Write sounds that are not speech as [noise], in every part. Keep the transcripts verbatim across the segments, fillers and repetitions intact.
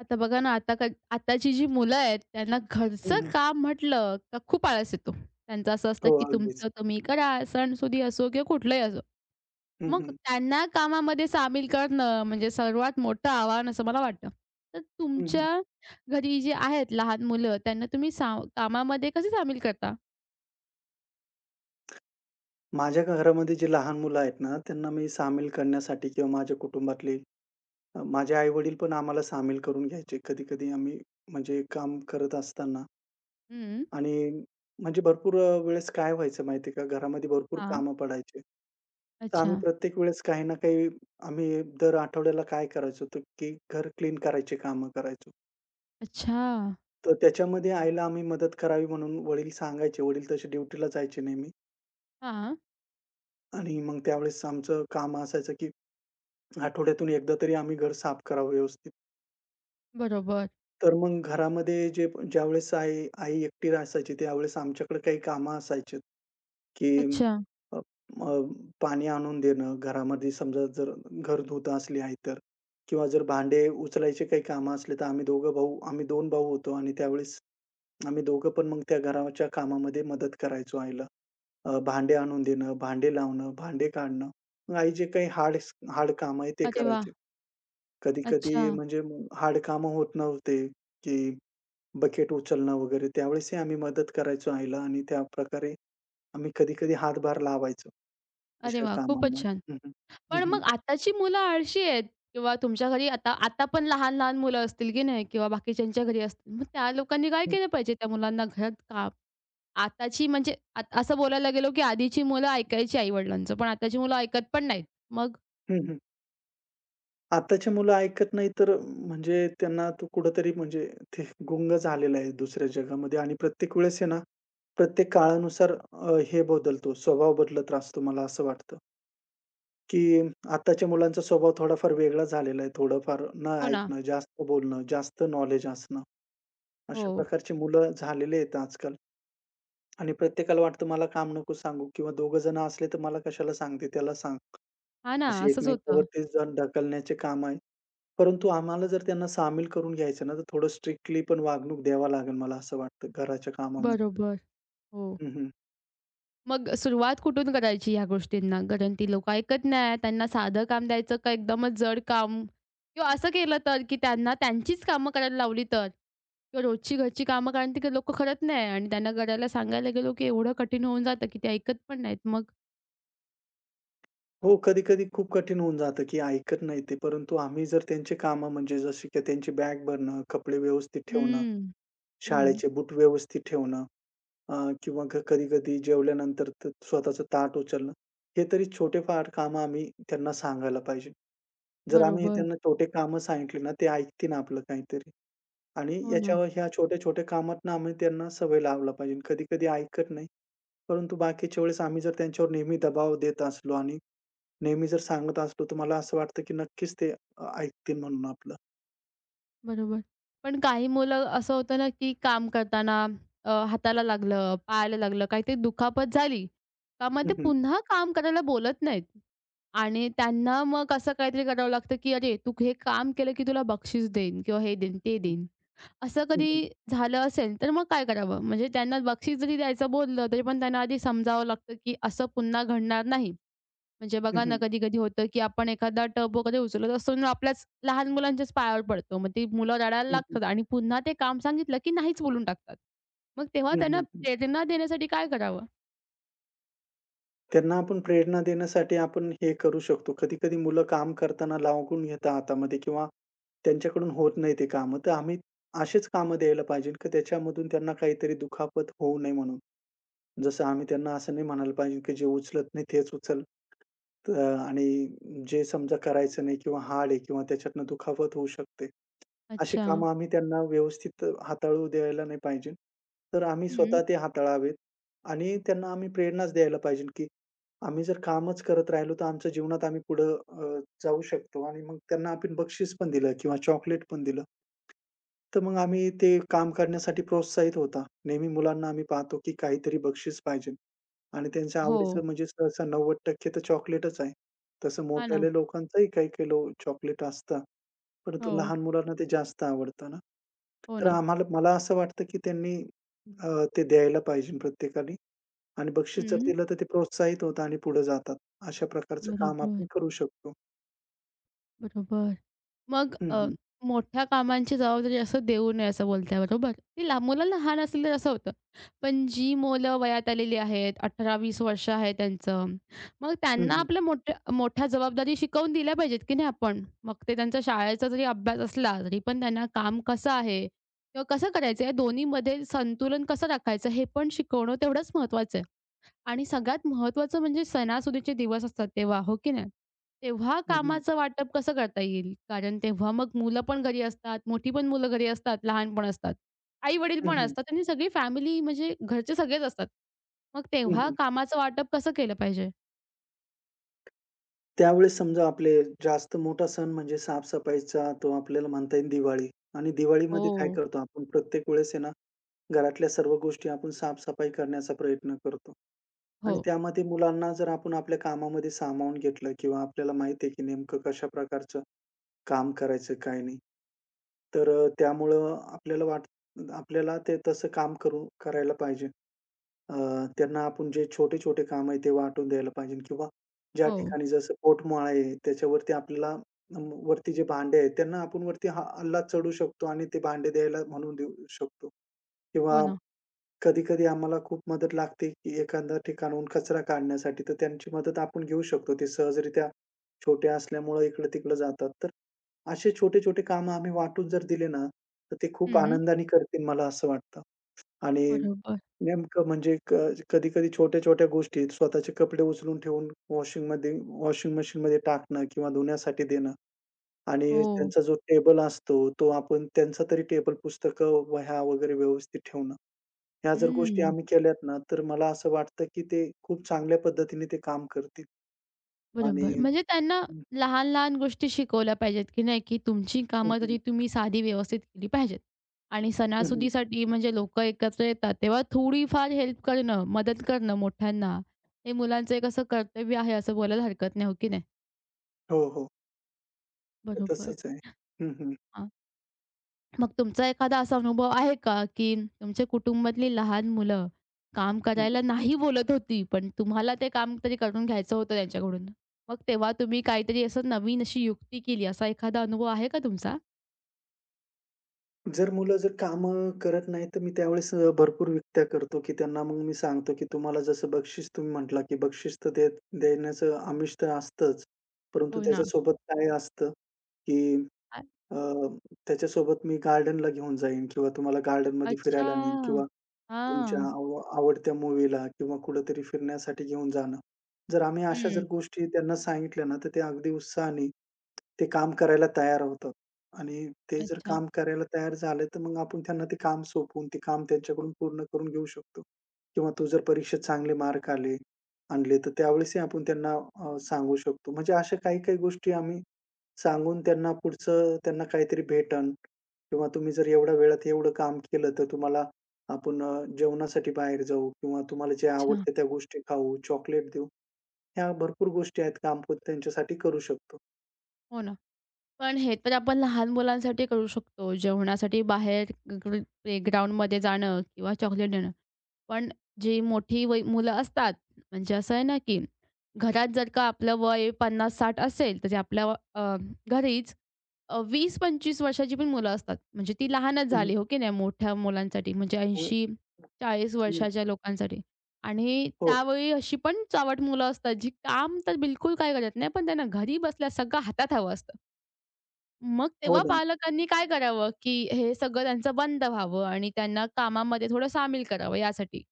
आता बघा ना, आता क आताची जी मुलं आहेत, त्यांना हं, हं. घरचं काम म्हटलं का खूप आळस येतो. त्यांचं असं असतं, हो, की अगदीच. तुमचं तुम्ही करा, सणसुदी असो किंवा कुठलंही असो. हं, मग हं. त्यांना कामामध्ये सामील करणं म्हणजे सर्वात मोठं आव्हान असं मला वाटतं. तर हं, हं. तुमच्या घरी जे आहेत लहान मुलं, त्यांना तुम्ही साव कामामध्ये कसे सामील करता? माझ्या घरामध्ये जे लहान मुलं आहेत ना, त्यांना मी सामील करण्यासाठी किंवा माझ्या कुटुंबातले अ, माझे आई-वडील पण आम्हाला सामील करून घ्यायचे. कधी-कधी आम्ही म्हणजे काम करत असताना हं. आणि म्हणजे भरपूर अ, वेळेस काय व्हायचं माहिती आहे का, घरामध्ये भरपूर हां. कामं पडायचे. तर आम्ही अच्छा. प्रत्येक वेळेस काही ना काही आम्ही दर आठवड्याला काय करायचो, तर की घर क्लीन करायची कामं करायचो. अच्छा. तर त्याच्यामध्ये आईला आम्ही मदत करावी म्हणून वडील सांगायचे. वडील तसे ड्युटीला जायचे नेहमी. हां. आणि मग त्यावेळेस आमचं काम असायचं, की आठवड्यातून एकदा तरी आम्ही घर साफ करावं व्यवस्थित. बरोबर. तर मग घरामध्ये जे ज्यावेळेस आई आई एकटी असायची, त्यावेळेस आमच्याकडे काही कामं असायची, की अच्छा. अ, अ, पाणी आणून देणं घरामध्ये समजा जर घर धुत असली आई तर किंवा जर भांडे उचलायचे काही कामं असले, तर आम्ही दोघं भाऊ आम्ही दोन भाऊ होतो आणि त्यावेळेस आम्ही दोघं पण मग त्या घराच्या कामामध्ये मदत करायचो आईला. अ, भांडे आणून देणं, भांडे लावणं, भांडे काढणं. मग आई जे काही हार्ड हार्ड कामं आहे ते अरे वाह! करायचे. कधी-कधी अच्छा. म्हणजे हार्ड कामं होत नव्हते, की बकेट उचलणं वगैरे त्यावेळेसही आम्ही मदत करायचो आईला आणि त्याप्रकारे आम्ही कधी-कधी हातभार लावायचो अरे अशा वाह! खूपच कामांना. छान. हं, हं. हं, पण मग हं. आताची मुलं आळशी आहेत किंवा तुमच्या घरी आता आता पण लहान-लहान मुलं असतील, की नाही किंवा बाकीच्यांच्या घरी असतील. मग त्या लोकांनी काय केलं पाहिजे त्या मुलांना घरात का आताची म्हणजे आता असं बोलायला गेलो, की आधीची मुलं ऐकायची आई-वडिलांचं, पण आताची मुलं ऐकत पण नाहीत. मग हं, हं. आताची मुलं ऐकत नाही तर म्हणजे त्यांना तो कुठेतरी म्हणजे ते गुंग झालेला आहे दुसऱ्या जगामध्ये आणि प्रत्येक वेळेस आहे ना, प्रत्येक काळानुसार अ, हे बदलतो, स्वभाव बदलत असतो. मला असं वाटतं, की आताच्या मुलांचा स्वभाव थोडाफार वेगळा झालेला आहे. थोडंफार न हो ना. ऐकणं, जास्त बोलणं, जास्त नॉलेज असणं, हो. अशा प्रकारची मुलं झालेले आहेत आजकाल. आणि प्रत्येकाला वाटतं मला काम नको सांगू किंवा दोघं जण असले तर मला कशाला सांगते, त्याला सांग. हां ना, असे असंच होतं. एकमेकांवरती जण ढकलण्याचे काम आहे. परंतु आम्हाला जर त्यांना सामील करून घ्यायचं ना, तर थोडं स्ट्रिक्टली पण वागणूक द्यावा लागेल मला असं वाटतं घराच्या कामामध्ये. बरोबर. हो. हं, हं. मग सुरुवात कुठून करायची ह्या गोष्टींना? कारण ती लोकं ऐकत नाही. त्यांना साधं काम द्यायचं का एकदमच जड काम? किंवा असं केलं तर, की त्यांना त्यांचीच कामं करायला लावली तर? किंवा रोजची घरची कामं कारण ती लोकं करत नाही आणि त्यांना करायला सांगायला गेलो, की एवढं कठीण होऊन जातं, की ते ऐकत पण नाहीत. मग हो, कधी-कधी खूप कठीण होऊन जातं, की ऐकत नाही ते. परंतु आम्ही जर त्यांचे कामं म्हणजे जसे की त्यांची बॅग भरणं, कपडे व्यवस्थित ठेवणं, हम्म. हं, शाळेचे बूट व्यवस्थित ठेवणं अ, किंवा क कधी-कधी जेवल्यानंतर त स्वतःचं ताट उचलणं. हे तरी छोटेफार कामं आम्ही त्यांना सांगायला पाहिजे. जर आम्ही बरोबर. त्यांना छोटे कामं सांगितले ना, ते ऐकतील आपलं काहीतरी. आणि हो ना. याच्यावर ह्या छोट्या-छोट्या कामातनं आम्ही त्यांना सवय लावला पाहिजे. कधी-कधी ऐकत नाही. परंतु बाकीच्या वेळेस आम्ही जर त्यांच्यावर नेहमी दबाव देत असलो आणि नेहमी जर सांगत असलो, तर मला असं वाटतं की नक्कीच ते अ, ऐकतील म्हणून आपलं. बरोबर. पण काही मुलं असं होतं ना, की काम करताना अ, हाताला लागलं, पायाला लागलं, काहीतरी दुखापत झाली, का मग हं, ते हं. पुन्हा काम करायला बोलत नाहीत. आणि त्यांना मग असं काहीतरी करावं लागतं, की "अरे, तू हे काम केलं की तुला बक्षीस देईन किंवा हे देईन, ते देईन." असं हं, हं. कधी झालं असेल, तर मग काय करावं? म्हणजे त्यांना बक्षीस जरी द्यायचं बोललं, तरी पण त्यांना आधी समजावं लागतं, की असं पुन्हा घडणार नाही. म्हणजे हं, बघा हं. ना, हं, कधी-कधी होतं, की आपण एखादा टब वगैरे उचलत असतो आणि आपल्याच लहान मुलांच्याच पायावर पडतो. मग ती मुलं रडायला हं. लागतात आणि पुन्हा ते काम सांगितलं, की नाहीच बोलून टाकतात. मग तेव्हा त्यांना प्रेरणा देण्यासाठी काय करावं? त्यांना आपण प्रेरणा देण्यासाठी आपण हे करू शकतो. कधी-कधी मुलं काम करताना लागून घेतात हातामध्ये किंवा त्यांच्याकडून होत नाही ते कामं. तर आम्ही असेच कामं द्यायला पाहिजे की त्याच्यामधून त्यांना काहीतरी दुखापत होऊ नये म्हणून. जसं आम्ही त्यांना असं नाही म्हणायला पाहिजे, की जे उचलत नाही तेच उचल. अ, आणि जे समजा करायचं नाही किंवा हाड आहे किंवा त्याच्यातनं दुखापत होऊ शकते. अशी अच्छा. कामं आम्ही त्यांना व्यवस्थित हाताळू द्यायला नाही पाहिजे. तर आम्ही हं. स्वतः ते हाताळावेत आणि त्यांना आम्ही प्रेरणाच द्यायला पाहिजे, की आम्ही जर कामच करत राहिलो, तर आमच्या जीवनात आम्ही पुढं अ, जाऊ शकतो आणि मग त्यांना आपण बक्षीस पण दिलं किंवा चॉकलेट पण दिलं. तर मग आम्ही ते काम करण्यासाठी प्रोत्साहित होता. नेहमी मुलांना आम्ही पाहतो, की काहीतरी बक्षीस पाहिजे आणि त्यांच्या हो. आवडीचं म्हणजे सहसा नव्वद टक्के तर चॉकलेटच आहे. तसं हां ना. मोठ्याल्या लोकांचंही काही-काही लो चॉकलेट असतं. परंतु हो. लहान मुलांना ते जास्त आवडतं ना. हो तर ना. आम्हाला मला असं वाटतं, की त्यांनी अ, ते द्यायला पाहिजे प्रत्येकाने आणि बक्षीस जर हं. दिलं तर ते प्रोत्साहित होतात आणि पुढे जातात. अशा प्रकारचं काम बरोबर. आपण करू शकतो. बरोबर. मग हं, अ, हं. मोठ्या कामांची जबाबदारी असं देऊ नये असं बोलताय बरोबर? ती लहान मुलं लहान असतील तर असं होतं. पण जी मुलं वयात आलेली आहेत, अठरा ते वीस वर्ष आहे त्यांचं, मग हं, त्यांना हं. आपल्या मोठ्या मोठ्या जबाबदारी शिकवून दिल्या पाहिजेत, की नाही आपण? मग ते त्यांचा शाळेचा जरी अभ्यास असला, तरी पण त्यांना काम कसं आहे किंवा कसं करायचं, या दोन्हीमध्ये संतुलन कसं राखायचं हे पण शिकवणं तेवढंच महत्त्वाचं आहे. आणि सगळ्यात महत्त्वाचं म्हणजे सणासुदीचे दिवस असतात तेव्हा, हो की नाही? तेव्हा हं, हं. कामाचं वाटप कसं करता येईल? कारण तेव्हा मग मुलं पण घरी असतात, मोठी पण मुलं घरी असतात, लहान पण असतात, आई-वडील हं, पण हं. असतात आणि सगळी फॅमिली म्हणजे घरचे सगळेच असतात. मग हं, तेव्हा हं. कामाचं वाटप कसं केलं पाहिजे? त्यावेळेस समजा आपले जास्त मोठा सण म्हणजे साफ तो आपल्याला म्हणता येईल दिवाळी आणि दिवाळीमध्ये काय हो, करतो आपण प्रत्येक वेळेस आहे ना, घरातल्या सर्व गोष्टी आपण साफ करण्याचा प्रयत्न करतो. हो, आणि त्यामध्ये मुलांना जर आपण आपल्या कामामध्ये सामावून घेतलं किंवा आपल्याला माहिती आहे की नेमकं कशा प्रकारचं काम करायचं काय नाही. तर अ, त्यामुळं आपल्याला वाट आपल्याला ते तसं काम करू करायला पाहिजे. अ, त्यांना आपण जे छोटे-छोटे कामं आहे ते वाटून द्यायला पाहिजे किंवा ज्या हो, ठिकाणी जसं पोटमाळ आहे त्याच्यावरती आपल्याला अम, वरती जे भांडे आहेत त्यांना आपण वरती हा हल्ला चढू शकतो आणि ते भांडे द्यायला म्हणून देऊ शकतो. हो किंवा ना. कधी-कधी आम्हाला खूप मदत लागते, की एखाद्या ठिकाणाहून कचरा काढण्यासाठी तर त्यांची मदत आपण घेऊ शकतो. ते सहजरित्या छोटे असल्यामुळे इकडं-तिकडं जातात. तर असे छोटे-छोटे कामं आम्ही वाटून जर दिले ना, तर ते खूप हं, आनंदाने करतील मला असं वाटतं आणि बरोबर. नेमकं म्हणजे क कधी-कधी छोट्या-छोट्या गोष्टी स्वतःचे कपडे उचलून ठेवून वॉशिंगमध्ये वॉशिंग मशीनमध्ये टाकणं किंवा धुण्यासाठी देणं आणि हो. त्यांचा जो टेबल असतो, तो आपण त्यांचा तरी टेबल, पुस्तकं, वह्या वगैरे व्यवस्थित ठेवणं. ह्या जर गोष्टी हं. आम्ही केल्यात ना, तर मला असं वाटतं, की ते खूप चांगल्या पद्धतीने ते काम करतील आणि बरोबर. म्हणजे त्यांना हं, लहान-लहान गोष्टी शिकवल्या पाहिजेत, की नाही, की तुमची हं. कामं हं, तरी तुम्ही साधी व्यवस्थित केली पाहिजेत. आणि हं. सणासुदीसाठी म्हणजे लोकं एकत्र येतात, तेव्हा थोडीफार हेल्प करणं, मदत करणं मोठ्यांना, हे मुलांचं एक असं कर्तव्य आहे असं बोलायला हरकत नाही, हो की नाही? हो, हो. तर बरोबर. तसंच आहे. हं, हं. हां. मग तुमचा एखादा असा अनुभव आहे का, की तुमच्या कुटुंबातली लहान मुलं काम हं, हं. करायला नाही बोलत होती, पण तुम्हाला ते काम तरी करून घ्यायचं होतं त्यांच्याकडून. मग तेव्हा तुम्ही काहीतरी असं नवीन अशी युक्ती केली, असा एखादा अनुभव आहे का तुमचा? जर मुलं जर काम करत नाही, तर मी त्यावेळेस अ, भरपूर युक्त्या करतो, की त्यांना मग मी सांगतो, की तुम्हाला जसं बक्षीस तुम्ही म्हटला, की बक्षीस तर देत देण्याचं आमिष तर असतंच. परंतु हो ना. त्याच्यासोबत काय असतं, की अ अ, त्याच्यासोबत मी गार्डनला घेऊन जाईन किंवा तुम्हाला गार्डनमध्ये फिरायला नेईन किंवा अच्छा. तुमच्या हां. आव आवडत्या मूव्हीला किंवा कुठेतरी फिरण्यासाठी घेऊन जाणं. जर आम्ही अशा हं. जर गोष्टी त्यांना सांगितल्या ना, तर ते अगदी उत्साहाने ते काम करायला तयार होतात आणि ते जर अच्छा, काम करायला तयार झाले, तर मग आपण त्यांना ते काम सोपवून ते काम त्यांच्याकडून पूर्ण करून घेऊ शकतो किंवा तू जर परीक्षेत चांगले मार्क आले आणले, तर त्यावेळेसही आपण त्यांना अ, सांगू शकतो. म्हणजे अशा काही-काही गोष्टी आम्ही सांगून त्यांना पुढचं त्यांना काहीतरी भेटन किंवा तुम्ही जर एवढ्या वेळात एवढं काम केलं, तर तुम्हाला आपण अ, जेवणासाठी बाहेर जाऊ किंवा तुम्हाला जे अच्छा. आवडते त्या गोष्टी खाऊ, चॉकलेट देऊ. ह्या भरपूर गोष्टी आहेत काम आपण त्यांच्यासाठी करू शकतो. हो ना. पण हे तर आपण लहान मुलांसाठी करू शकतो. जेवणासाठी बाहेर ग्र प्लेग्राऊंडमध्ये जाणं किंवा चॉकलेट देणं. पण जी मोठी वय मुलं असतात, म्हणजे असं आहे ना, की घरात जर का आपलं वय पन्नास ते साठ असेल, तर ते आपल्या अ, घरीच अ, वीस ते पंचवीस वर्षाची पण मुलं असतात. म्हणजे ती लहानच झाली, हो [laughs] की नाही? मोठ्या मुलांसाठी म्हणजे हं, हं. हो. ऐंशी ते चाळीस आणि वर्षाच्या लोकांसाठी. आणि हो, त्यावेळी अशी पण चावट मुलं असतात, जी काम तर बिलकुल काही करत नाही, पण त्यांना घरी बसल्या सगळं हातात हवं असतं. मग हो तेव्हा ना. पालकांनी काय करावं, की हे सगळं त्यांचं बंद व्हावं आणि त्यांना कामामध्ये थोडं सामील करावं यासाठी.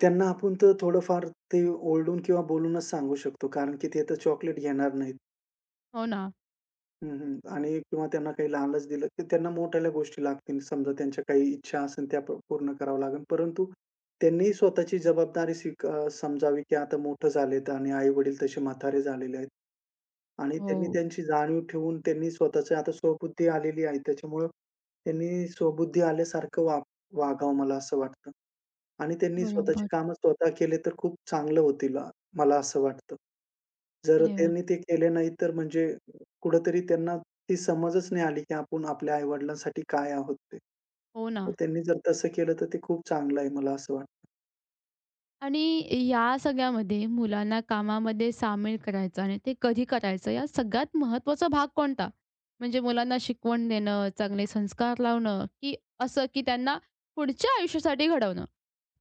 त्यांना आपण तर थोडंफार ते ओरडून किंवा बोलूनच सांगू शकतो कारण की ते तर चॉकलेट घेणार नाहीत. हो ना. हं, हं. आणि किंवा त्यांना काही लालच दिलं, तर त्यांना मोठ्या गोष्टी लागतील. समजा त्यांच्या काही इच्छा असेल त्या प पूर्ण कराव्या लागेल. परंतु त्यांनीही स्वतःची जबाबदारी स्वीक अ, समजावी, की आता मोठं झालेत आणि आई-वडील तसे म्हातारे झालेले आहेत. आणि त्यांनी हो. त्यांची जाणीव ठेवून त्यांनी स्वतःची आता स्वबुद्धी आलेली आहे. त्याच्यामुळं त्यांनी स्वबुद्धी आल्यासारखं वाग वागावं मला असं वाटतं. आणि त्यांनी स्वतःची बरोबर. कामं स्वतः केले तर खूप चांगलं होतील, अ, मला असं वाटतं. जर अरे वाह! त्यांनी ते केले नाही, तर म्हणजे कुठेतरी त्यांना ती समजच नाही आली, की आपण आपल्या आई-वडिलांसाठी काय आहोत ते. हो तर ना. त्यांनी जर तसं केलं, तर ते खूप चांगलं आहे, मला असं वाटतं. आणि या सगळ्यामध्ये मुलांना कामामध्ये सामील करायचं आणि ते कधी करायचं या सगळ्यात महत्त्वाचा भाग कोणता? म्हणजे मुलांना शिकवण देणं, चांगले संस्कार लावणं, की असं की त्यांना पुढच्या आयुष्यासाठी घडवणं?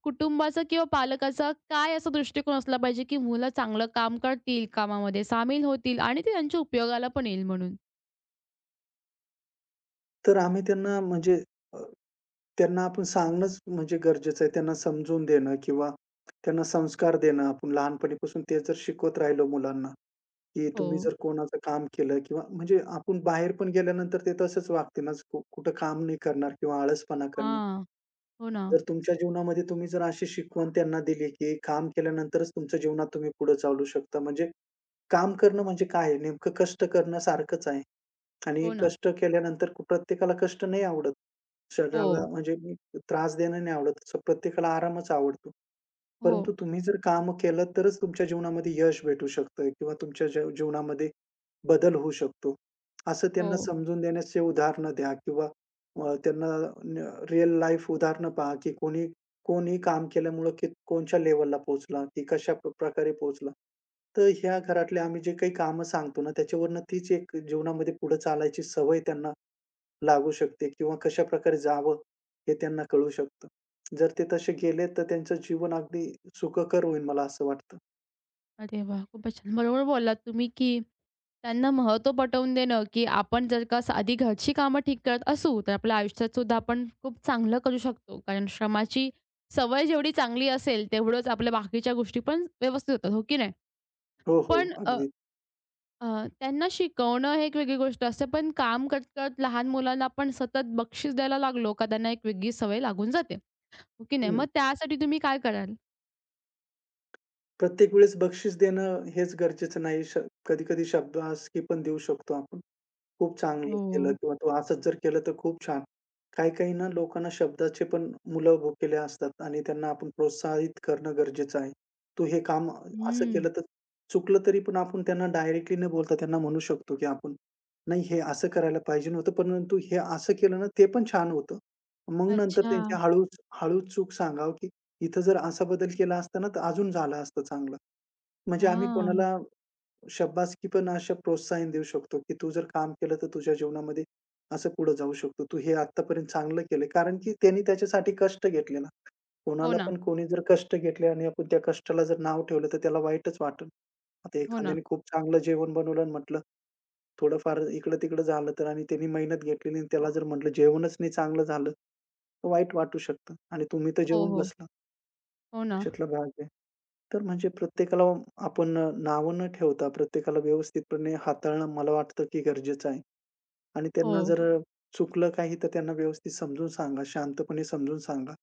कुटुंबाचा किंवा पालकाचा काय असा दृष्टिकोन असला पाहिजे, की मुलं चांगलं काम करतील, कामामध्ये सामील होतील आणि ते त्यांच्या उपयोगाला पण येईल म्हणून? तर आम्ही त्यांना म्हणजे अ, त्यांना आपण सांगणंच म्हणजे गरजेचं आहे. त्यांना समजून देणं किंवा त्यांना संस्कार देणं. आपण लहानपणीपासून ते जर शिकवत राहिलो मुलांना, की तुम्ही हो. जर कोणाचं काम केलं किंवा म्हणजे आपण बाहेर पण गेल्यानंतर ते तसंच वागतील ना, कुठं काम नाही करणार किंवा आळसपणा करणार. हां. हो ना, जर तुमच्या जीवनामध्ये तुम्ही जर अशी शिकवण त्यांना दिली, की काम केल्यानंतरच तुमच्या जीवनात तुम्ही पुढे चालू शकता. म्हणजे काम करणं म्हणजे काय आहे? नेमकं कष्ट करणं सारखंच आहे. आणि हो ना. कष्ट केल्यानंतर कु- प्रत्येकाला कष्ट नाही आवडत. हो, शरीराला म्हणजे मी त्रास देणं नाही आवडत. स- प्रत्येकाला आरामच आवडतो. हो, परंतु तुम्ही जर काम केलं तरच तुमच्या जीवनामध्ये यश भेटू शकतं किंवा तुमच्या ज जीवनामध्ये बदल होऊ शकतो. असं त्यांना हो. समजून देण्याचे उदाहरणं द्या किंवा अ, त्यांना न रिअल लाईफ उदाहरणं पहा, की कोणी कोणी काम केल्यामुळं की कोणच्या लेव्हलला पोहोचला, की कशा प प्रकारे पोहोचला. तर ह्या घरातले आम्ही जे काही कामं सांगतो ना, त्याच्यावरनं तीच एक जीवनामध्ये पुढे चालायची सवय त्यांना लागू शकते किंवा कशाप्रकारे जावं, हे त्यांना कळू शकतं. जर ते तसे गेले, तर त्यांचं जीवन अगदी सुखकर होईल मला असं वाटतं. अरे वाह! खूपच छान. बरोबर बोललात तुम्ही, की त्यांना महत्त्व पटवून देणं, की आपण जर का साधी घरची कामं ठीक करत असू, तर आपल्या आयुष्यात सुद्धा आपण खूप चांगलं करू शकतो. कारण श्रमाची सवय जेवढी चांगली असेल, तेवढंच आपल्या बाकीच्या गोष्टी पण व्यवस्थित होतात, हो की नाही? हो, हो. पण अ, अगदी. अ, त्यांना शिकवणं हे एक वेगळी गोष्ट असते. पण काम करत-करत लहान मुलांना आपण सतत बक्षीस द्यायला लागलो, का त्यांना एक वेगळी सवय लागून जाते, हो की नाही? मग हं. त्यासाठी तुम्ही काय कराल? प्रत्येक वेळेस बक्षीस देणं हेच गरजेचं नाही. श कधी-कधी शब्दासकी पण देऊ शकतो आपण. खूप चांगलं केलं हो. किंवा तू असंच जर केलं तर खूप छान. काही-काही ना लोकांना शब्दाचे पण मुलं भुकेले असतात आणि त्यांना आपण प्रोत्साहित करणं गरजेचं आहे. तू हे काम असं हं. केलं तर चुकलं तरी पण आपण त्यांना डायरेक्टली न बोलता त्यांना म्हणू शकतो की आपण, "नाही हे असं करायला पाहिजे नव्हतं, परंतु हे असं केलं ना ते पण छान होतं." मग नंतर अच्छा. त्यांची हळूच हळू चूक सांगावं की "इथं जर असा बदल केला असता ना तर अजून झालं असतं चांगलं." म्हणजे आम्ही हां. कोणाला शाब्बासकी पण अशा प्रोत्साहन देऊ शकतो, की तू जर काम केलं तर तुझ्या जीवनामध्ये असं पुढे जाऊ शकतो. तू हे आत्तापर्यंत चांगलं केलंय. कारण की त्यांनी त्याच्यासाठी कष्ट घेतले ना. हो कोणाला ना, पण कोणी जर कष्ट घेतले आणि आपण त्या कष्टाला जर नाव ठेवलं तर त्याला वाईटच वाटेल. आता हो ना. एखाद्याने खूप चांगलं जेवण बनवलं आणि म्हटलं, थोडंफार इकडं-तिकडं झालं तर आणि त्यांनी मेहनत घेतलेली आणि त्याला जर म्हटलं जेवणच नाही चांगलं झालं, तर वाईट वाटू शकतं आणि तुम्ही तर हो, जेवून हो. बसला. हो ना. अशातला भाग आहे. तर म्हणजे प्रत्येकाला आपण अ, नावं न ठेवता प्रत्येकाला व्यवस्थितपणे हाताळणं मला वाटतं की गरजेचं आहे आणि हो, त्यांना जर हो. अ, चुकलं काही तर त्यांना व्यवस्थित समजून सांगा, शांतपणे समजून सांगा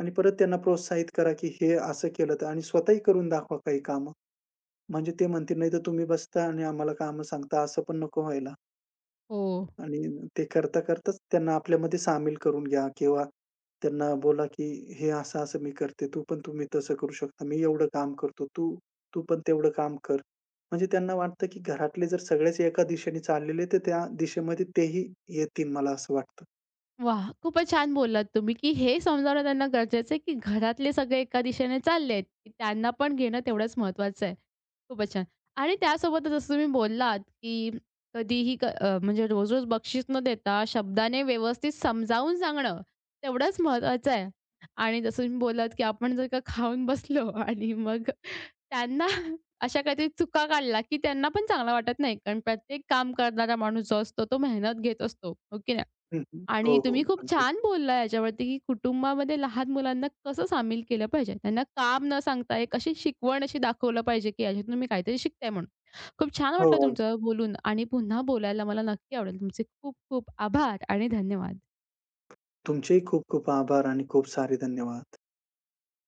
आणि परत त्यांना प्रोत्साहित करा की हे असं केलं तर आणि स्वतःही करून दाखवा काही कामं. म्हणजे ते म्हणतील, "नाही तर तुम्ही बसता आणि आम्हाला कामं सांगता." असं पण नको व्हायला. हो. आणि ते करता-करताच त्यांना आपल्यामध्ये सामील करून घ्या किंवा त्यांना बोला, की "हे असं-असं मी करते, तू पण तुम्ही तसं करू शकता. मी एवढं काम करतो, तू तू पण तेवढं काम कर." म्हणजे त्यांना वाटतं, की घरातले जर सगळेच एका दिशेने चाललेले, तर त्या दिशेमध्ये तेही येतील मला असं वाटतं. वाह! खूपच छान बोललात तुम्ही, की हे समजावणं त्यांना गरजेचं आहे, की घरातले सगळे एका दिशेने चाललेत, की त्यांना पण घेणं तेवढंच महत्त्वाचं आहे. खूपच छान. आणि त्यासोबतच जसं तुम्ही बोललात, की कधीही क अ, म्हणजे रोज-रोज बक्षीस न देता शब्दाने व्यवस्थित समजावून सांगणं तेवढंच महत्त्वाचं आहे. आणि जसं तुम्ही बोललात, की आपण जर का खाऊन बसलो [laughs] आणि मग त्यांना अशा काहीतरी चुका काढला, की त्यांना पण चांगला वाटत नाही. कारण प्रत्येक काम करणारा माणूस जो असतो, तो मेहनत घेत असतो. हो हं, हं. हो, आणि हो. तुम्ही खूप अगदी. छान बोलला याच्यावरती, की कुटुंबामध्ये लहान मुलांना कसं सामील केलं पाहिजे. त्यांना काम न सांगता एक अशी शिकवण अशी दाखवलं पाहिजे, की याच्यातून तुम्ही काहीतरी शिकताय म्हणून. खूप छान हो, वाटलं अगदी. तुमचं बोलून आणि पुन्हा बोलायला मला नक्की आवडेल. तुमचे खूप खूप आभार आणि धन्यवाद. तुमचेही खूप खूप आभार आणि खूप सारे धन्यवाद.